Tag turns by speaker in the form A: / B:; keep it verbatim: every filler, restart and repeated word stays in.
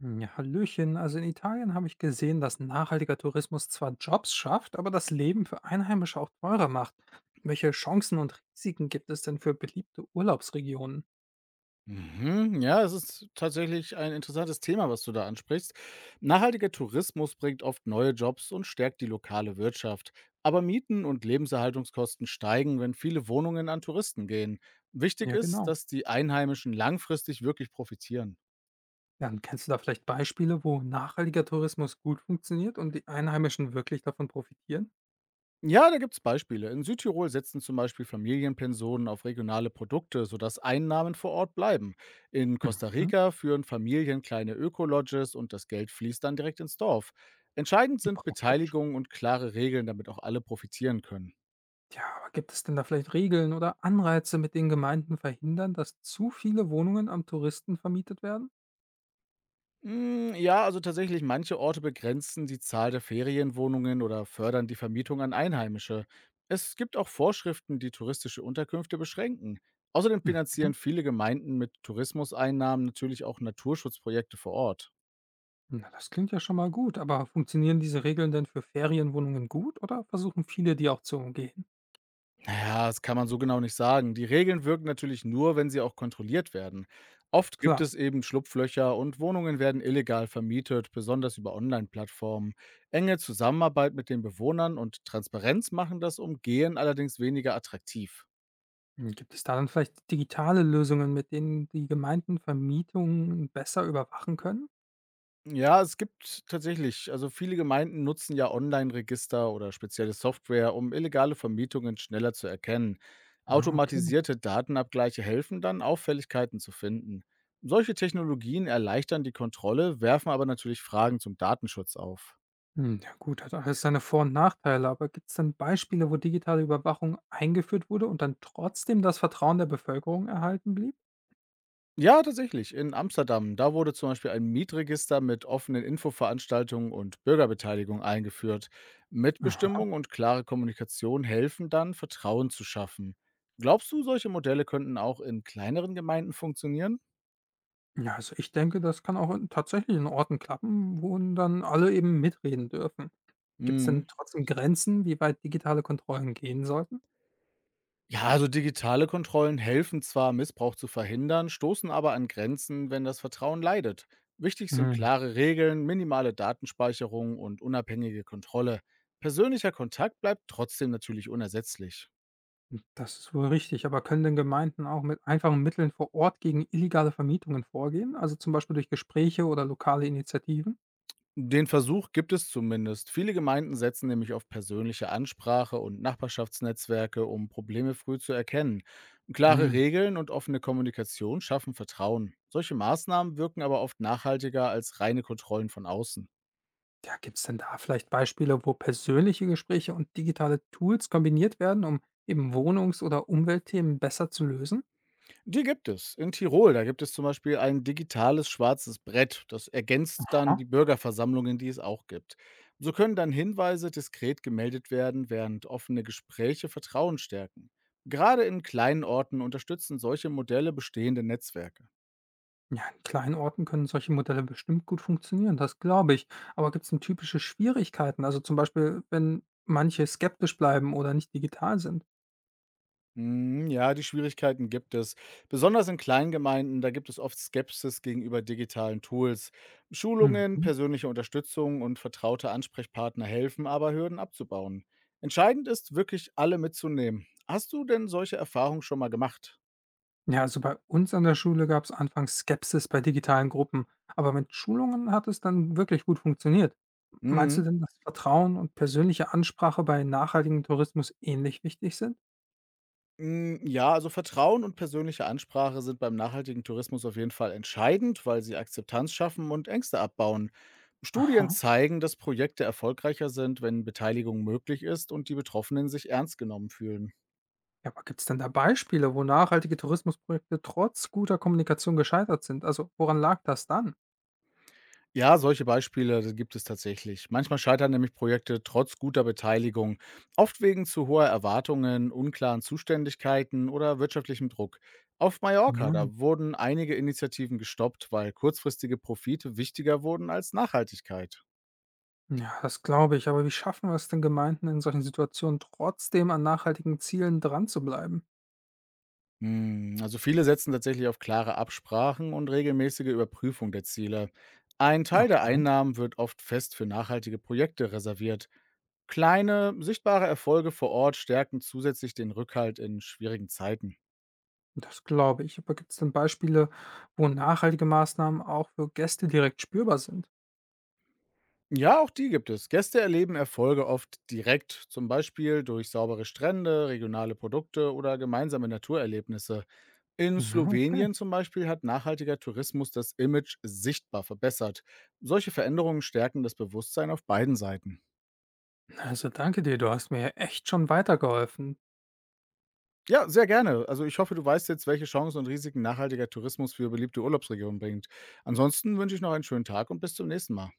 A: Hm, Ja, hallöchen. Also in Italien habe ich gesehen, dass nachhaltiger Tourismus zwar Jobs schafft, aber das Leben für Einheimische auch teurer macht. Welche Chancen und Risiken gibt es denn für beliebte Urlaubsregionen?
B: Mhm. Ja, es ist tatsächlich ein interessantes Thema, was du da ansprichst. Nachhaltiger Tourismus bringt oft neue Jobs und stärkt die lokale Wirtschaft. Aber Mieten und Lebenserhaltungskosten steigen, wenn viele Wohnungen an Touristen gehen. Wichtig
A: Ja,
B: ist,
A: genau.
B: dass die Einheimischen langfristig wirklich profitieren.
A: Ja, und kennst du da vielleicht Beispiele, wo nachhaltiger Tourismus gut funktioniert und die Einheimischen wirklich davon profitieren?
B: Ja, da gibt's Beispiele. In Südtirol setzen zum Beispiel Familienpensionen auf regionale Produkte, sodass Einnahmen vor Ort bleiben. In Costa
A: Mhm.
B: Rica führen Familien kleine Ökolodges und das Geld fließt dann direkt ins Dorf. Entscheidend sind
A: Praktisch.
B: Beteiligung und klare Regeln, damit auch alle profitieren können.
A: Ja, aber gibt es denn da vielleicht Regeln oder Anreize, mit denen Gemeinden verhindern, dass zu viele Wohnungen am Touristen vermietet werden?
B: Hm, ja, also tatsächlich, manche Orte begrenzen die Zahl der Ferienwohnungen oder fördern die Vermietung an Einheimische. Es gibt auch Vorschriften, die touristische Unterkünfte beschränken. Außerdem
A: Mhm.
B: finanzieren viele Gemeinden mit Tourismuseinnahmen natürlich auch Naturschutzprojekte vor Ort.
A: Na, das klingt ja schon mal gut, aber funktionieren diese Regeln denn für Ferienwohnungen gut oder versuchen viele, die auch zu umgehen?
B: Naja, das kann man so genau nicht sagen. Die Regeln wirken natürlich nur, wenn sie auch kontrolliert werden. Oft gibt
A: Klar.
B: es eben Schlupflöcher und Wohnungen werden illegal vermietet, besonders über Online-Plattformen. Enge Zusammenarbeit mit den Bewohnern und Transparenz machen das Umgehen allerdings weniger attraktiv.
A: Hm, Gibt es da dann vielleicht digitale Lösungen, mit denen die Gemeinden Vermietungen besser überwachen können?
B: Ja, es gibt tatsächlich, also viele Gemeinden nutzen ja Online-Register oder spezielle Software, um illegale Vermietungen schneller zu erkennen.
A: Ah, okay.
B: Automatisierte Datenabgleiche helfen dann, Auffälligkeiten zu finden. Solche Technologien erleichtern die Kontrolle, werfen aber natürlich Fragen zum Datenschutz auf.
A: Hm, Ja gut, hat alles seine Vor- und Nachteile, aber gibt es denn Beispiele, wo digitale Überwachung eingeführt wurde und dann trotzdem das Vertrauen der Bevölkerung erhalten blieb?
B: Ja, tatsächlich. In Amsterdam, da wurde zum Beispiel ein Mietregister mit offenen Infoveranstaltungen und Bürgerbeteiligung eingeführt.
A: Aha.
B: Mitbestimmung und klare Kommunikation helfen dann, Vertrauen zu schaffen. Glaubst du, solche Modelle könnten auch in kleineren Gemeinden funktionieren?
A: Ja, also ich denke, das kann auch in, tatsächlich in Orten klappen, wo dann alle eben mitreden dürfen. Gibt's denn
B: Mhm.
A: trotzdem Grenzen, wie weit digitale Kontrollen gehen sollten?
B: Ja, also digitale Kontrollen helfen zwar, Missbrauch zu verhindern, stoßen aber an Grenzen, wenn das Vertrauen leidet. Wichtig sind
A: Mhm.
B: klare Regeln, minimale Datenspeicherung und unabhängige Kontrolle. Persönlicher Kontakt bleibt trotzdem natürlich unersetzlich.
A: Hm, das ist wohl richtig, aber können denn Gemeinden auch mit einfachen Mitteln vor Ort gegen illegale Vermietungen vorgehen, also zum Beispiel durch Gespräche oder lokale Initiativen?
B: Den Versuch gibt es zumindest. Viele Gemeinden setzen nämlich auf persönliche Ansprache und Nachbarschaftsnetzwerke, um Probleme früh zu erkennen. Klare
A: Mhm.
B: Regeln und offene Kommunikation schaffen Vertrauen. Solche Maßnahmen wirken aber oft nachhaltiger als reine Kontrollen von außen.
A: Ja, gibt es denn da vielleicht Beispiele, wo persönliche Gespräche und digitale Tools kombiniert werden, um eben Wohnungs- oder Umweltthemen besser zu lösen?
B: Die gibt es. In Tirol, da gibt es zum Beispiel ein digitales schwarzes Brett. Das ergänzt dann die Bürgerversammlungen, die es auch gibt. So können dann Hinweise diskret gemeldet werden, während offene Gespräche Vertrauen stärken. Gerade in kleinen Orten unterstützen solche Modelle bestehende Netzwerke.
A: Ja, in kleinen Orten können solche Modelle bestimmt gut funktionieren, das glaube ich. Aber gibt es denn typische Schwierigkeiten? Also zum Beispiel, wenn manche skeptisch bleiben oder nicht digital sind?
B: Mhm, ja, die Schwierigkeiten gibt es. Besonders in Kleingemeinden, da gibt es oft Skepsis gegenüber digitalen Tools. Schulungen,
A: Mhm.
B: persönliche Unterstützung und vertraute Ansprechpartner helfen aber, Hürden abzubauen. Entscheidend ist wirklich, alle mitzunehmen. Hast du denn solche Erfahrungen schon mal gemacht?
A: Ja, also bei uns an der Schule gab es anfangs Skepsis bei digitalen Gruppen, aber mit Schulungen hat es dann wirklich gut funktioniert. Meinst du
B: Mhm.
A: denn, dass Vertrauen und persönliche Ansprache bei nachhaltigem Tourismus ähnlich wichtig sind?
B: Hm, ja, also Vertrauen und persönliche Ansprache sind beim nachhaltigen Tourismus auf jeden Fall entscheidend, weil sie Akzeptanz schaffen und Ängste abbauen. Studien
A: Aha.
B: zeigen, dass Projekte erfolgreicher sind, wenn Beteiligung möglich ist und die Betroffenen sich ernst genommen fühlen.
A: Ja, aber gibt es denn da Beispiele, wo nachhaltige Tourismusprojekte trotz guter Kommunikation gescheitert sind? Also woran lag das dann?
B: Ja, solche Beispiele, das gibt es tatsächlich. Manchmal scheitern nämlich Projekte trotz guter Beteiligung, oft wegen zu hoher Erwartungen, unklaren Zuständigkeiten oder wirtschaftlichem Druck. Auf Mallorca,
A: Ja,
B: da wurden einige Initiativen gestoppt, weil kurzfristige Profite wichtiger wurden als Nachhaltigkeit.
A: ja, das glaube ich. Aber wie schaffen wir es denn Gemeinden in solchen Situationen trotzdem an nachhaltigen Zielen dran zu bleiben?
B: Hm, also viele setzen tatsächlich auf klare Absprachen und regelmäßige Überprüfung der Ziele. Ein Teil der
A: Okay.
B: Einnahmen wird oft fest für nachhaltige Projekte reserviert. Kleine, sichtbare Erfolge vor Ort stärken zusätzlich den Rückhalt in schwierigen Zeiten.
A: Das glaube ich. Aber gibt es denn Beispiele, wo nachhaltige Maßnahmen auch für Gäste direkt spürbar sind?
B: Ja, auch die gibt es. Gäste erleben Erfolge oft direkt, zum Beispiel durch saubere Strände, regionale Produkte oder gemeinsame Naturerlebnisse. In
A: Na, okay.
B: Slowenien zum Beispiel hat nachhaltiger Tourismus das Image sichtbar verbessert. Solche Veränderungen stärken das Bewusstsein auf beiden Seiten.
A: Also danke dir, du hast mir echt schon weitergeholfen.
B: Ja, sehr gerne. Also ich hoffe, du weißt jetzt, welche Chancen und Risiken nachhaltiger Tourismus für beliebte Urlaubsregionen bringt. Ansonsten wünsche ich noch einen schönen Tag und bis zum nächsten Mal.